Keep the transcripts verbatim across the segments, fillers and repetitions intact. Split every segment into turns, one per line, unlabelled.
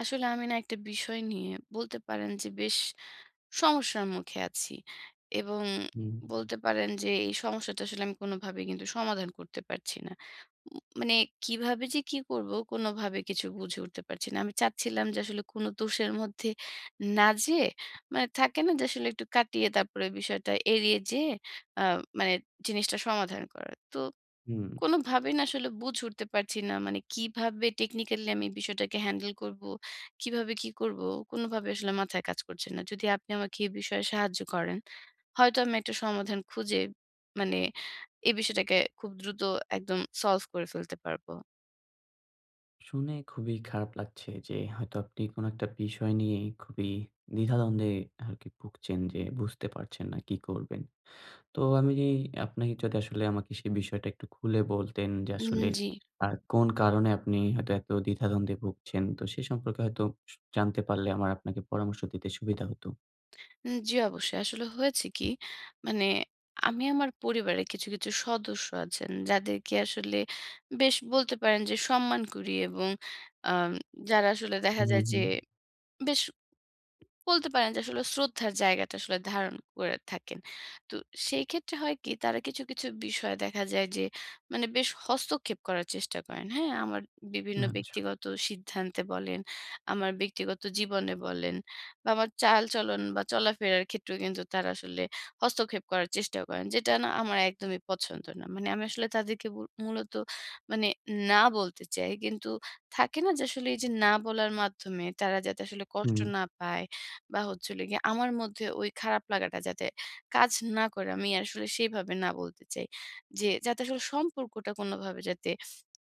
আসলে আমি না একটা বিষয় নিয়ে বলতে পারেন যে বেশ সমস্যার মুখে আছি এবং
হুম,
বলতে পারেন যে এই সমস্যাটা আসলে আমি কোনোভাবে কিন্তু সমাধান করতে পারছি না। উম মানে কিভাবে যে কি করব, কোনোভাবে কিছু বুঝে উঠতে পারছি না। আমি চাচ্ছিলাম যে আসলে কোনো দোষের মধ্যে না যেয়ে, মানে থাকে না যে আসলে একটু কাটিয়ে তারপরে বিষয়টা এড়িয়ে যেয়ে আ মানে জিনিসটা সমাধান করার। তো
হুম।
কোনোভাবেই না আসলে বুঝে উঠতে পারছি না। মানে কিভাবে টেকনিক্যালি আমি বিষয়টাকে হ্যান্ডেল করবো, কিভাবে কি করবো? কোনোভাবে আসলে মাথায় কাজ করছে না। যদি আপনি আমাকে এই বিষয়ে সাহায্য করেন, হয়তো আমি একটা সমাধান খুঁজে, মানে এই বিষয়টাকে খুব দ্রুত একদম সলভ করে ফেলতে পারবো।
শুনে খুবই খারাপ লাগছে যে হয়তো আপনি কোনো একটা বিষয় নিয়ে খুবই দ্বিধাদ্বন্দ্বে আরকি ভুগছেন যে বুঝতে পারছেন না কি করবেন। তো আমি আপনাকে যদি আসলে আমাকে সেই বিষয়টা একটু খুলে বলতেন যে
উম
আসলে
জি।
আ কোন কারণে আপনি হয়তো এত দ্বিধাদ্বন্দ্বে ভুগছেন? তো সে সম্পর্কে হয়তো সু জানতে পারলে আমার আপনাকে পরামর্শ দিতে সুবিধা হতো।
উম জি, অবশ্যই। আসলে হয়েছে কি? মানে আমি, আমার পরিবারের কিছু, কিছু সদস্য আছেন, যাদেরকে আসলে বেশ বলতে পারেন যে সম্মান করি এবং আম যারা আসলে দেখা
হুম, হুম,
যায় যে
হুম।
বেশ বলতে পারেন যে আসলে শ্রদ্ধার জায়গাটা আসলে ধারণ করে থাকেন। তো সেই ক্ষেত্রে হয় কি, তারা কিছু, কিছু বিষয় দেখা যায় যে মানে বেশ হস্তক্ষেপ করার চেষ্টা করেন। হ্যাঁ? আমার বিভিন্ন
আচ্ছা।
ব্যক্তিগত সিদ্ধান্তে বলেন, আমার ব্যক্তিগত জীবনে বলেন, বা আমার চালচলন বা চলাফেরার ক্ষেত্রেও কিন্তু তারা আসলে হস্তক্ষেপ করার চেষ্টা করেন। যেটা না আমার একদমই পছন্দ না। মানে আমি আসলে তাদেরকে মূ মূলত মানে না বলতে চাই। কিন্তু থাকে না যে আসলে এই যে না বলার মাধ্যমে তারা যাতে আসলে কষ্ট
হুম,
না পায়, বা হচ্ছে হলো গিয়ে আমার মধ্যে ওই খারাপ লাগাটা যাতে কাজ না করে, আমি আসলে সেইভাবে না বলতে চাই। যে যাতে আসলে সম্পর্কটা কোনোভাবে যাতে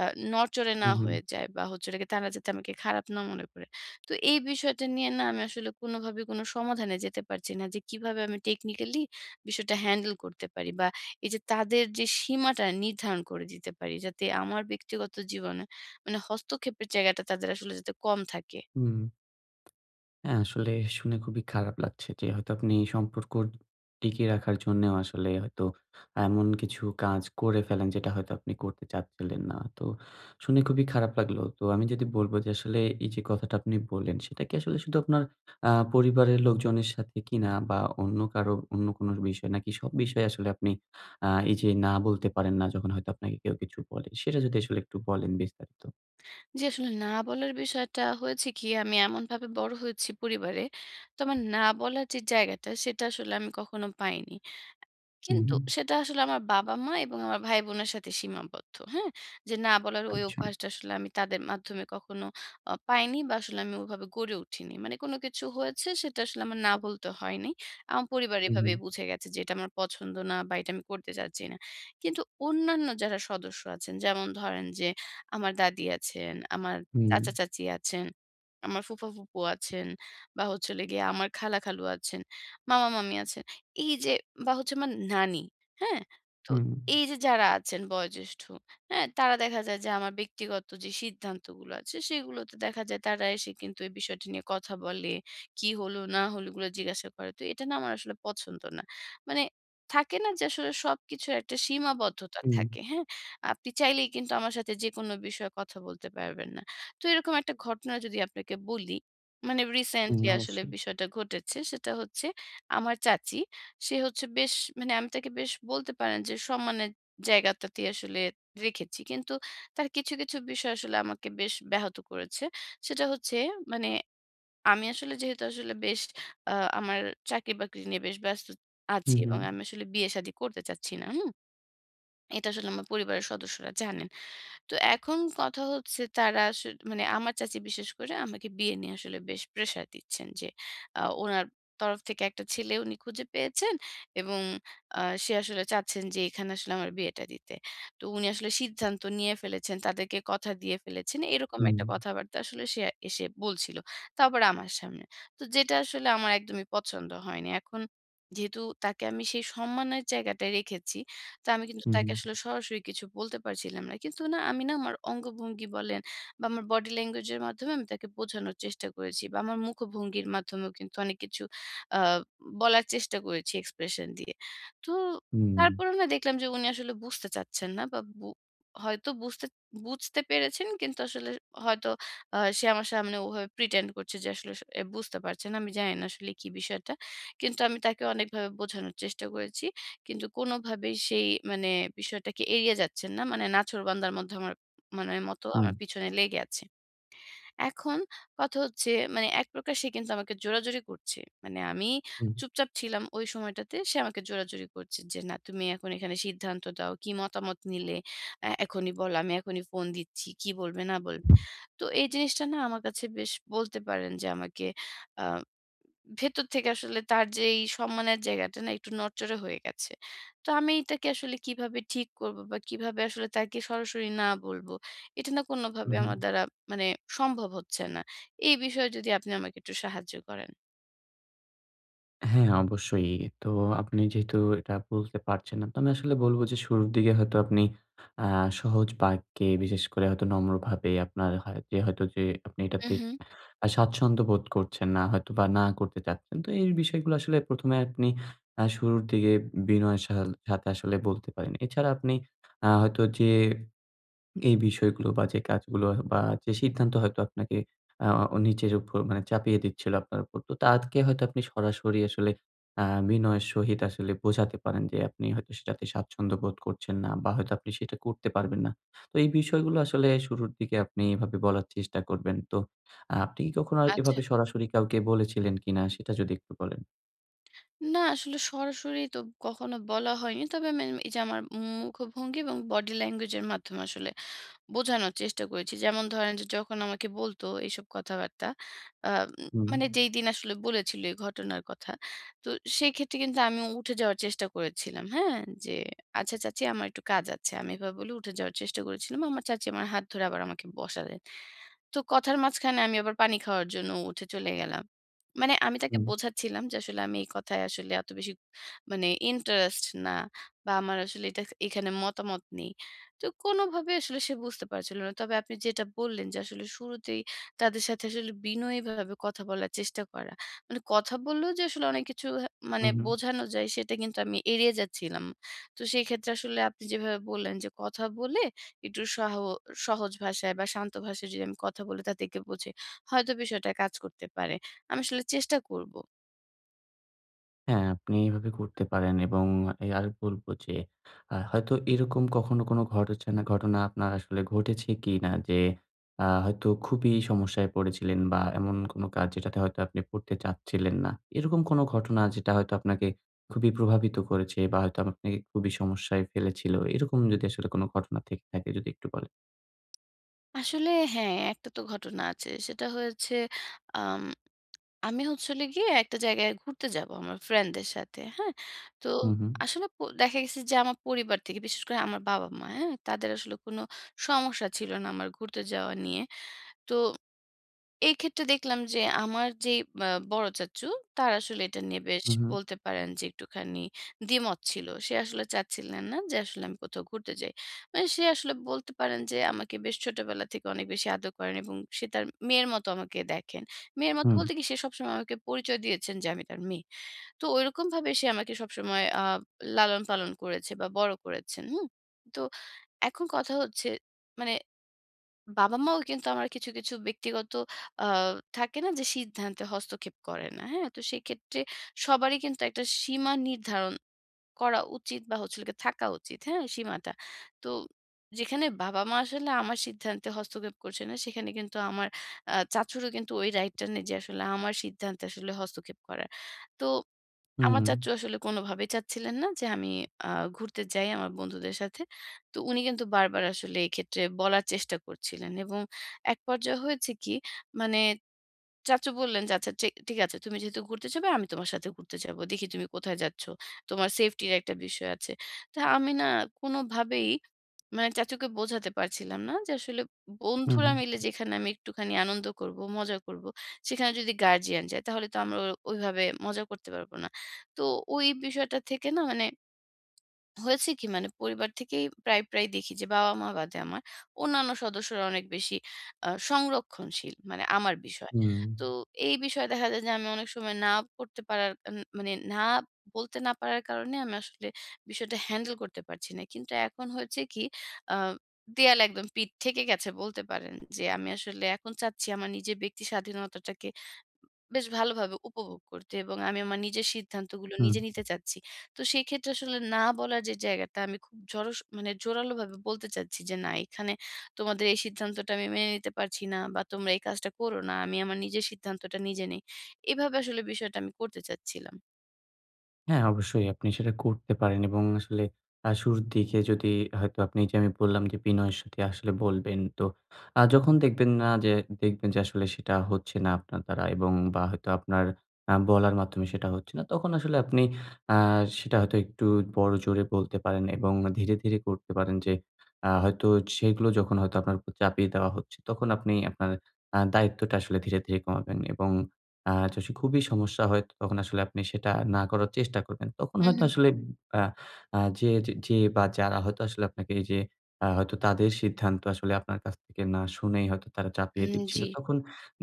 আ নড়চড়ে না
হুম, হুম।
হয়ে যায়, বা হচ্ছে হলো গিয়ে তারা যাতে আমাকে খারাপ না মনে করে। তো এই বিষয়টা নিয়ে না আমি আসলে কোনোভাবে কোনো সমাধানে যেতে পারছি না, যে কিভাবে আমি টেকনিক্যালি বিষয়টা হ্যান্ডেল করতে পারি বা এই যে তাদের যে সীমাটা নির্ধারণ করে দিতে পারি যাতে আমার ব্যক্তিগত জীবনে মানে হস্তক্ষেপের জায়গাটা তাদের আসলে যাতে কম থাকে।
হুম। হ্যাঁ, আসলে শুনে খুবই খারাপ লাগছে যে হয়তো আপনি এই সম্পর্ক টিকিয়ে রাখার জন্যেও আসলে হয়তো এমন কিছু কাজ করে ফেলেন যেটা হয়তো আপনি করতে চাচ্ছিলেন না। তো শুনে খুবই খারাপ লাগলো। তো আমি যদি বলব যে আসলে এই যে কথাটা আপনি বললেন সেটা কি আসলে শুধু আপনার আ পরিবারের লোকজনের সাথে কিনা বা অন্য কারো অন্য কোনো বিষয় নাকি সব বিষয়ে আসলে আপনি আ এই যে না বলতে পারেন না যখন হয়তো আপনাকে কেউ কিছু বলে সেটা যদি আসলে একটু বলেন বিস্তারিত?
জি, আসলে না বলার বিষয়টা হয়েছে কি, আমি এমনভাবে বড় হয়েছি পরিবারে। তো আমার না বলার যে জায়গাটা, সেটা আসলে আমি কখনো পাইনি।
হুম,
কিন্তু সেটা আসলে আমার বাবা-মা এবং আমার ভাই-বোনের সাথে সীমাবদ্ধ। হ্যাঁ? যে না বলার ওই
আচ্ছা।
অভ্যাসটা আসলে আমি তাদের মাধ্যমে কখনো আ পাইনি, বা আসলে আমি ওভাবে গড়ে উঠিনি। মানে কোনো কিছু হয়েছে, সেটা আসলে আমার না বলতে হয়নি। আমার পরিবার
হুম,
এভাবে
হুম,
বুঝে গেছে যে এটা আমার পছন্দ না বা এটা আমি করতে চাচ্ছি না। কিন্তু অন্যান্য যারা সদস্য আছেন, যেমন ধরেন যে আমার দাদি আছেন, আমার চাচা-চাচী আছেন, আমার ফুফা-ফুফু আছেন, বা হচ্ছে হলো গিয়ে আমার খালা-খালু আছেন, মামা-মামী আছেন। এই যে বা হচ্ছে আমার নানি, হ্যাঁ? তো
হুম, হুম,
এই যে যারা আছেন বয়োজ্যেষ্ঠ, হ্যাঁ? তারা দেখা যায় যে আমার ব্যক্তিগত যে সিদ্ধান্তগুলো আছে সেগুলোতে দেখা যায় তারা এসে কিন্তু এই বিষয়টি নিয়ে কথা বলে। কি হলো না হলো এগুলো জিজ্ঞাসা করে। তো এটা না আমার আসলে পছন্দ না। মানে থাকে না যে আসলে সবকিছুর একটা সীমাবদ্ধতা
হুম।
থাকে, হ্যাঁ? আপনি চাইলেই কিন্তু আমার সাথে যেকোনো বিষয়ে কথা বলতে পারবেন না। তো এরকম একটা ঘটনা যদি আপনাকে বলি, মানে
হুম,
রিসেন্টলি আসলে
অবশ্যই।
বিষয়টা ঘটেছে। সেটা হচ্ছে, আমার চাচী, সে হচ্ছে বেশ, মানে আমি তাকে বেশ বলতে পারেন যে সম্মানের জায়গাটাতে আসলে রেখেছি। কিন্তু তার কিছু, কিছু বিষয় আসলে আমাকে বেশ ব্যাহত করেছে। সেটা হচ্ছে, মানে আমি আসলে যেহেতু আসলে বেশ আ আমার চাকরি-বাকরি নিয়ে বেশ ব্যস্ত
হু,
আছি
হু,
এবং আমি আসলে বিয়ে-শাদী করতে চাচ্ছি না। হুম? এটা আসলে আমার পরিবারের সদস্যরা জানেন। তো এখন কথা হচ্ছে, তারা আসল মানে আমার চাচী বিশেষ করে আমাকে বিয়ে নিয়ে আসলে বেশ প্রেশার দিচ্ছেন যে আ উনার তরফ থেকে একটা ছেলে উনি খুঁজে পেয়েছেন এবং আ সে আসলে চাচ্ছেন যে এখানে আসলে আমার বিয়েটা দিতে। তো উনি আসলে সিদ্ধান্ত নিয়ে ফেলেছেন, তাদেরকে কথা দিয়ে ফেলেছেন। এরকম
হুম,
একটা কথাবার্তা আসলে সে এসে বলছিল। তাও আবার আমার সামনে। তো যেটা আসলে আমার একদমই পছন্দ হয়নি। এখন যেহেতু তাকে আমি সেই সম্মানের জায়গাটায় রেখেছি, তো আমি কিন্তু
হু, হু,
তাকে আসলে সরাসরি কিছু বলতে পারছিলাম না। কিন্তু না, আমি, না আমার অঙ্গভঙ্গি বলেন বা আমার বডি ল্যাঙ্গুয়েজ এর মাধ্যমে আমি তাকে বোঝানোর চেষ্টা করেছি, বা আমার মুখভঙ্গির মাধ্যমেও কিন্তু অনেক কিছু আ বলার চেষ্টা করেছি এক্সপ্রেশন দিয়ে। তো
হুম,
তারপরে না দেখলাম যে উনি আসলে বুঝতে চাচ্ছেন না, বা বু হয়তো বুঝতে বুঝতে পেরেছেন কিন্তু আসলে হয়তো আ সে আমার সামনে ওভাবে প্রিটেন্ড করছে যে আসলে সে এ বুঝতে পারছে না। আমি জানি না আসলে কি বিষয়টা। কিন্তু আমি তাকে অনেকভাবে বোঝানোর চেষ্টা করেছি। কিন্তু কোনোভাবেই সেই, মানে, বিষয়টাকে এড়িয়ে যাচ্ছেন না। মানে নাছোড়বান্দার মধ্যে আমার মানে মতো
হুম,
আমার পিছনে লেগে আছে। এখন কথা হচ্ছে, মানে এক প্রকার সে কিন্তু আমাকে জোরাজুরি করছে। মানে আমি
হুম,
চুপচাপ ছিলাম ওই সময়টাতে। সে আমাকে জোরাজুরি করছে যে, "না, তুমি এখন এখানে সিদ্ধান্ত দাও। কি মতামত নিলে? এ এখনই বলো। আমি এখনই ফোন দিচ্ছি। কি বলবে না বলবে?" তো এই জিনিসটা না আমার কাছে বেশ বলতে পারেন যে আমাকে আ ভেতর থেকে আসলে তার যে এই সম্মানের জায়গাটা না একটু নড়চড়ে হয়ে গেছে। তো আমি এটাকে আসলে কিভাবে ঠিক করব, বা কিভাবে আসলে তাকে সরাসরি না বলবো? এটা না কোনভাবে
হুম।
আমার দ্বারা, মানে, সম্ভব হচ্ছে না। এই বিষয়ে যদি আপনি আমাকে একটু সাহায্য করেন।
হ্যাঁ, অবশ্যই। তো আপনি যেহেতু এটা বলতে পারছেন না, তো আমি আসলে বলব যে শুরুর দিকে হয়তো আপনি আ সহজ বাক্যে বিশেষ করে হয়তো নম্রভাবে আপনার হয় যে হয়তো যে আপনি
হু,
এটাতে
হু।
আ স্বাচ্ছন্দ্য বোধ করছেন না হয়তো বা না করতে চাচ্ছেন। তো এই বিষয়গুলো আসলে প্রথম এ আপনি আ শুরুর দিকে বিনয়ের সা সাথে আসলে বলতে পারেন। এছাড়া আপনি আ হয়তো যে এই বিষয়গুলো বা যে কাজগুলো বা যে সিদ্ধান্ত হয়তো আপনাকে আ নিজের উপর মানে চাপিয়ে দিচ্ছিল আপনার উপর। তো তাকে হয়তো আপনি সরাসরি আসলে আ বিনয়ের সহিত আসলে বোঝাতে পারেন যে আপনি হয়তো সেটাতে স্বাচ্ছন্দ্য বোধ করছেন না বা হয়তো আপনি সেটা করতে পারবেন না। তো এই বিষয়গুলো আসলে শুরুর দিকে আপনি এভাবে বলার চেষ্টা করবেন। তো আ আপনি কি কখনো
আচ্ছা।
এভাবে সরাসরি কাউকে বলেছিলেন কিনা সেটা যদি একটু বলেন?
না, আসলে সরাসরি তো কখনো বলা হয়নি। তবে আমি এই যে আমার মুখভঙ্গি এবং বডি ল্যাঙ্গুয়েজ এর মাধ্যমে আসলে বোঝানোর চেষ্টা করেছি। যেমন ধরেন যে, যখন আমাকে বলতো এইসব কথাবার্তা, আ
হুম,
মানে যেই দিন আসলে বলেছিল এই ঘটনার কথা। তো সেক্ষেত্রে কিন্তু আমি উঠে যাওয়ার চেষ্টা করেছিলাম। হ্যাঁ? যে, "আচ্ছা চাচি, আমার একটু কাজ আছে।" আমি এভাবে বলে উঠে যাওয়ার চেষ্টা করেছিলাম। আমার চাচি আমার হাত ধরে আবার আমাকে বসালেন। তো কথার মাঝখানে আমি আবার পানি খাওয়ার জন্য উঠে চলে গেলাম। মানে আমি তাকে
হুম,
বোঝাচ্ছিলাম যে আসলে আমি এই কথায় আসলে এত বেশি মানে ইন্টারেস্ট না, বা আমার আসলে এটা এখানে মতামত নেই। তো কোনোভাবে আসলে সে বুঝতে পারছিল না। তবে আপনি যেটা বললেন যে আসলে শুরুতেই তাদের সাথে আসলে বিনয়ীভাবে কথা বলার চেষ্টা করা। মানে কথা বললেও যে আসলে অনেক কিছু হা মানে
হুম, হুম।
বোঝানো যায়, সেটা কিন্তু আমি এড়িয়ে যাচ্ছিলাম। তো সেই ক্ষেত্রে আসলে আপনি যেভাবে বললেন যে কথা বলে একটু সহ সহজ ভাষায় বা শান্ত ভাষায় যদি আমি কথা বলে তাদেরকে বোঝাই, হয়তো বিষয়টা কাজ করতে পারে। আমি আসলে চেষ্টা করব।
হ্যাঁ, আপনি এভাবে করতে পারেন এবং এ আর বলব যে আ হয়তো এরকম কখনো কোনো ঘটেছেনা ঘটনা আপনার আসলে ঘটেছে কিনা? যে আ হয়তো খুবই সমস্যায় পড়েছিলেন বা এমন কোনো কাজ যেটাতে হয়তো আপনি পড়তে চাচ্ছিলেন না। এরকম কোনো ঘটনা যেটা হয়তো আপনাকে খুবই প্রভাবিত করেছে বা হয়তো আপনাকে খুবই সমস্যায় ফেলেছিল। এরকম যদি আসলে কোনো ঘটনা থেকে থাকে যদি একটু বলেন?
আসলে হ্যাঁ, একটা তো ঘটনা আছে। সেটা হয়েছে, আম আমি হচ্ছে হলো গিয়ে একটা জায়গায় ঘুরতে যাবো আমার ফ্রেন্ডদের সাথে। হ্যাঁ? তো
হু, হু,
আসলে প দেখা গেছে যে আমার পরিবার থেকে বিশেষ করে আমার বাবা-মা, হ্যাঁ? তাদের আসলে কোনো সমস্যা ছিল না আমার ঘুরতে যাওয়া নিয়ে। তো এক্ষেত্রে দেখলাম যে আমার যে আ বড় চাচ্চু, তার আসলে এটা নিয়ে বেশ
হু, হু,
বলতে পারেন যে একটুখানি দ্বিমত ছিল। সে আসলে চাচ্ছিলেন না যে আসলে আমি কোথাও ঘুরতে যাই। মানে সে আসলে বলতে পারেন যে আমাকে বেশ ছোটবেলা থেকে অনেক বেশি আদর করেন এবং সে তার মেয়ের মতো আমাকে দেখেন। মেয়ের মতো
হুম,
বলতে কি, সে সবসময় আমাকে পরিচয় দিয়েছেন যে আমি তার মেয়ে। তো ঐরকমভাবে সে আমাকে সবসময় আ লালন-পালন করেছে বা বড় করেছেন। হুম? তো এখন কথা হচ্ছে, মানে বাবা-মাও কিন্তু আমার কিছু, কিছু ব্যক্তিগত আ থাকে না যে সিদ্ধান্তে হস্তক্ষেপ করে না। হ্যাঁ? তো সেক্ষেত্রে সবারই কিন্তু একটা সীমা নির্ধারণ করা উচিত, বা হচ্ছে হলো গিয়ে থাকা উচিত। হ্যাঁ? সীমাটা। তো যেখানে বাবা-মা আসলে আমার সিদ্ধান্তে হস্তক্ষেপ করছে না, সেখানে কিন্তু আমার আ চাচুরও কিন্তু ওই রাইটটা নেই যে আসলে আমার সিদ্ধান্তে আসলে হস্তক্ষেপ করার। তো
হুম,
আমার চাচ্চু আসলে কোনোভাবেই চাচ্ছিলেন না যে আমি আ ঘুরতে যাই আমার বন্ধুদের সাথে। তো উনি কিন্তু বারবার আসলে এক্ষেত্রে বলার চেষ্টা করছিলেন, এবং এক পর্যায়ে হয়েছে কি, মানে চাচু বললেন যে, "আচ্ছা চে ঠিক আছে। তুমি যেহেতু ঘুরতে যাবে, আমি তোমার সাথে ঘুরতে যাবো। দেখি তুমি কোথায় যাচ্ছ। তোমার সেফটির একটা বিষয় আছে।" তো আমি না কোনোভাবেই, মানে, চাচুকে বোঝাতে পারছিলাম না যে আসলে
হুম,
বন্ধুরা
হুম,
মিলে যেখানে আমি একটুখানি আনন্দ করব, মজা করব, সেখানে যদি গার্ডিয়ান যায়, তাহলে তো আমরা ওইভাবে মজা করতে পারব না। তো ওই বিষয়টা থেকে না, মানে, হয়েছে কি, মানে পরিবার থেকেই প্রায়, প্রায় দেখি যে বাবা-মা বাদে আমার অন্যান্য সদস্যরা অনেক বেশি আ সংরক্ষণশীল। মানে আমার বিষয়ে।
হুম,
তো এই বিষয়ে দেখা যায় যে আমি অনেক সময় না করতে পারার, উম মানে না বলতে না পারার কারণে, আমি আসলে বিষয়টা হ্যান্ডেল করতে পারছি না। কিন্তু এখন হয়েছে কি, আ দেয়াল একদম পিঠ থেকে গেছে বলতে পারেন যে আমি আসলে এখন চাচ্ছি আমার নিজের ব্যক্তি স্বাধীনতাটাকে বেশ ভালোভাবে উপভোগ করতে এবং আমি আমার নিজের সিদ্ধান্তগুলো
হুম।
নিজে নিতে চাচ্ছি। তো সেক্ষেত্রে আসলে না বলার যে জায়গাটা, আমি খুব জোরস মানে জোরালোভাবে বলতে চাচ্ছি যে, "না, এখানে তোমাদের এই সিদ্ধান্তটা আমি মেনে নিতে পারছি না, বা তোমরা এই কাজটা করো না। আমি আমার নিজের সিদ্ধান্তটা নিজে নেই।" এভাবে আসলে বিষয়টা আমি করতে চাচ্ছিলাম।
হ্যাঁ, অবশ্যই আপনি সেটা করতে পারেন এবং আসলে আ শুরুর দিকে যদি হয়তো আপনি যে আমি বললাম যে বিনয়ের সাথে আসলে বলবেন। তো আ যখন দেখবেন না যে দেখবেন যে আসলে সেটা হচ্ছে না আপনার দ্বারা এবং বা হয়তো আপনার আ বলার মাধ্যমে সেটা হচ্ছে না, তখন আসলে আপনি আ সেটা হয়তো একটু বড় জোরে বলতে পারেন এবং ধীরে, ধীরে করতে পারেন যে আ হয়তো সেগুলো যখন হয়তো আপনার উপর চাপিয়ে দেওয়া হচ্ছে, তখন আপনি আপনার আ দায়িত্বটা আসলে ধীরে, ধীরে কমাবেন এবং আ যদি খুবই সমস্যা হয় তখন আসলে আপনি সেটা না করার চেষ্টা করবেন। তখন
হু, হু।
হয়তো আসলে আ আ যে যে যে বা যারা হয়তো আসলে আপনাকে এই যে আ হয়তো তাদের সিদ্ধান্ত আসলে আপনার কাছ থেকে না শুনেই হয়তো তারা চাপিয়ে
উম
দিচ্ছিল।
জি।
তখন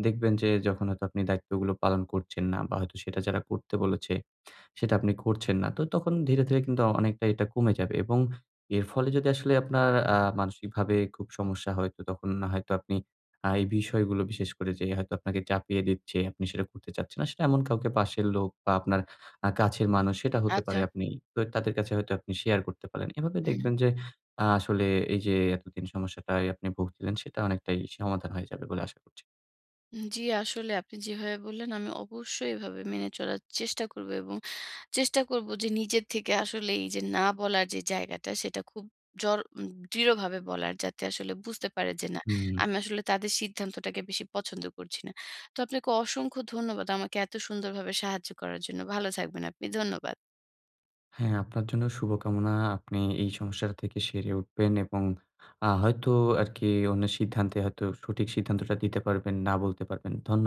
দেখবেন যে যখন হয়তো আপনি দায়িত্বগুলো পালন করছেন না বা হয়তো সেটা যারা করতে বলেছে সেটা আপনি করছেন না। তো তখন ধীরে, ধীরে কিন্তু অনেকটা এটা কমে যাবে এবং এর ফলে যদি আসলে আপনার আ মানসিকভাবে খুব সমস্যা হয় তো তখন না হয়তো আপনি আ এই বিষয়গুলো বিশেষ করে যে হয়তো আপনাকে চাপিয়ে দিচ্ছে, আপনি সেটা করতে চাচ্ছেন না। সেটা এমন কাউকে পাশের লোক বা আপনার আ কাছের মানুষ সেটা হতে
আচ্ছা।
পারে আপনি তো তাদের কাছে হয়তো আপনি শেয়ার করতে পারেন। এভাবে
হুম।
দেখবেন যে আ আসলে এই যে এতদিন সমস্যাটায় আপনি ভুগছিলেন সেটা অনেকটাই সমাধান হয়ে যাবে বলে আশা করছি।
জি, আসলে আপনি যেভাবে বললেন, আমি অবশ্যই এভাবে মেনে চলার চেষ্টা করব এবং চেষ্টা করব যে নিজের থেকে আসলে এই যে না বলার যে জায়গাটা, সেটা খুব জর উম, দৃঢ়ভাবে বলার, যাতে আসলে বুঝতে পারে যে না,
হুম।
আমি আসলে তাদের সিদ্ধান্তটাকে বেশি পছন্দ করছি না। তো আপনাকে অসংখ্য ধন্যবাদ আমাকে এত সুন্দরভাবে সাহায্য করার জন্য। ভালো থাকবেন আপনি। ধন্যবাদ।
হ্যাঁ, আপনার জন্য শুভকামনা। আপনি এই সমস্যাটা থেকে সেরে উঠবেন এবং আ হয়তো আরকি অন্যের সিদ্ধান্তে হয়তো সঠিক সিদ্ধান্তটা দিতে পারবেন, না বলতে পারবেন। ধন্য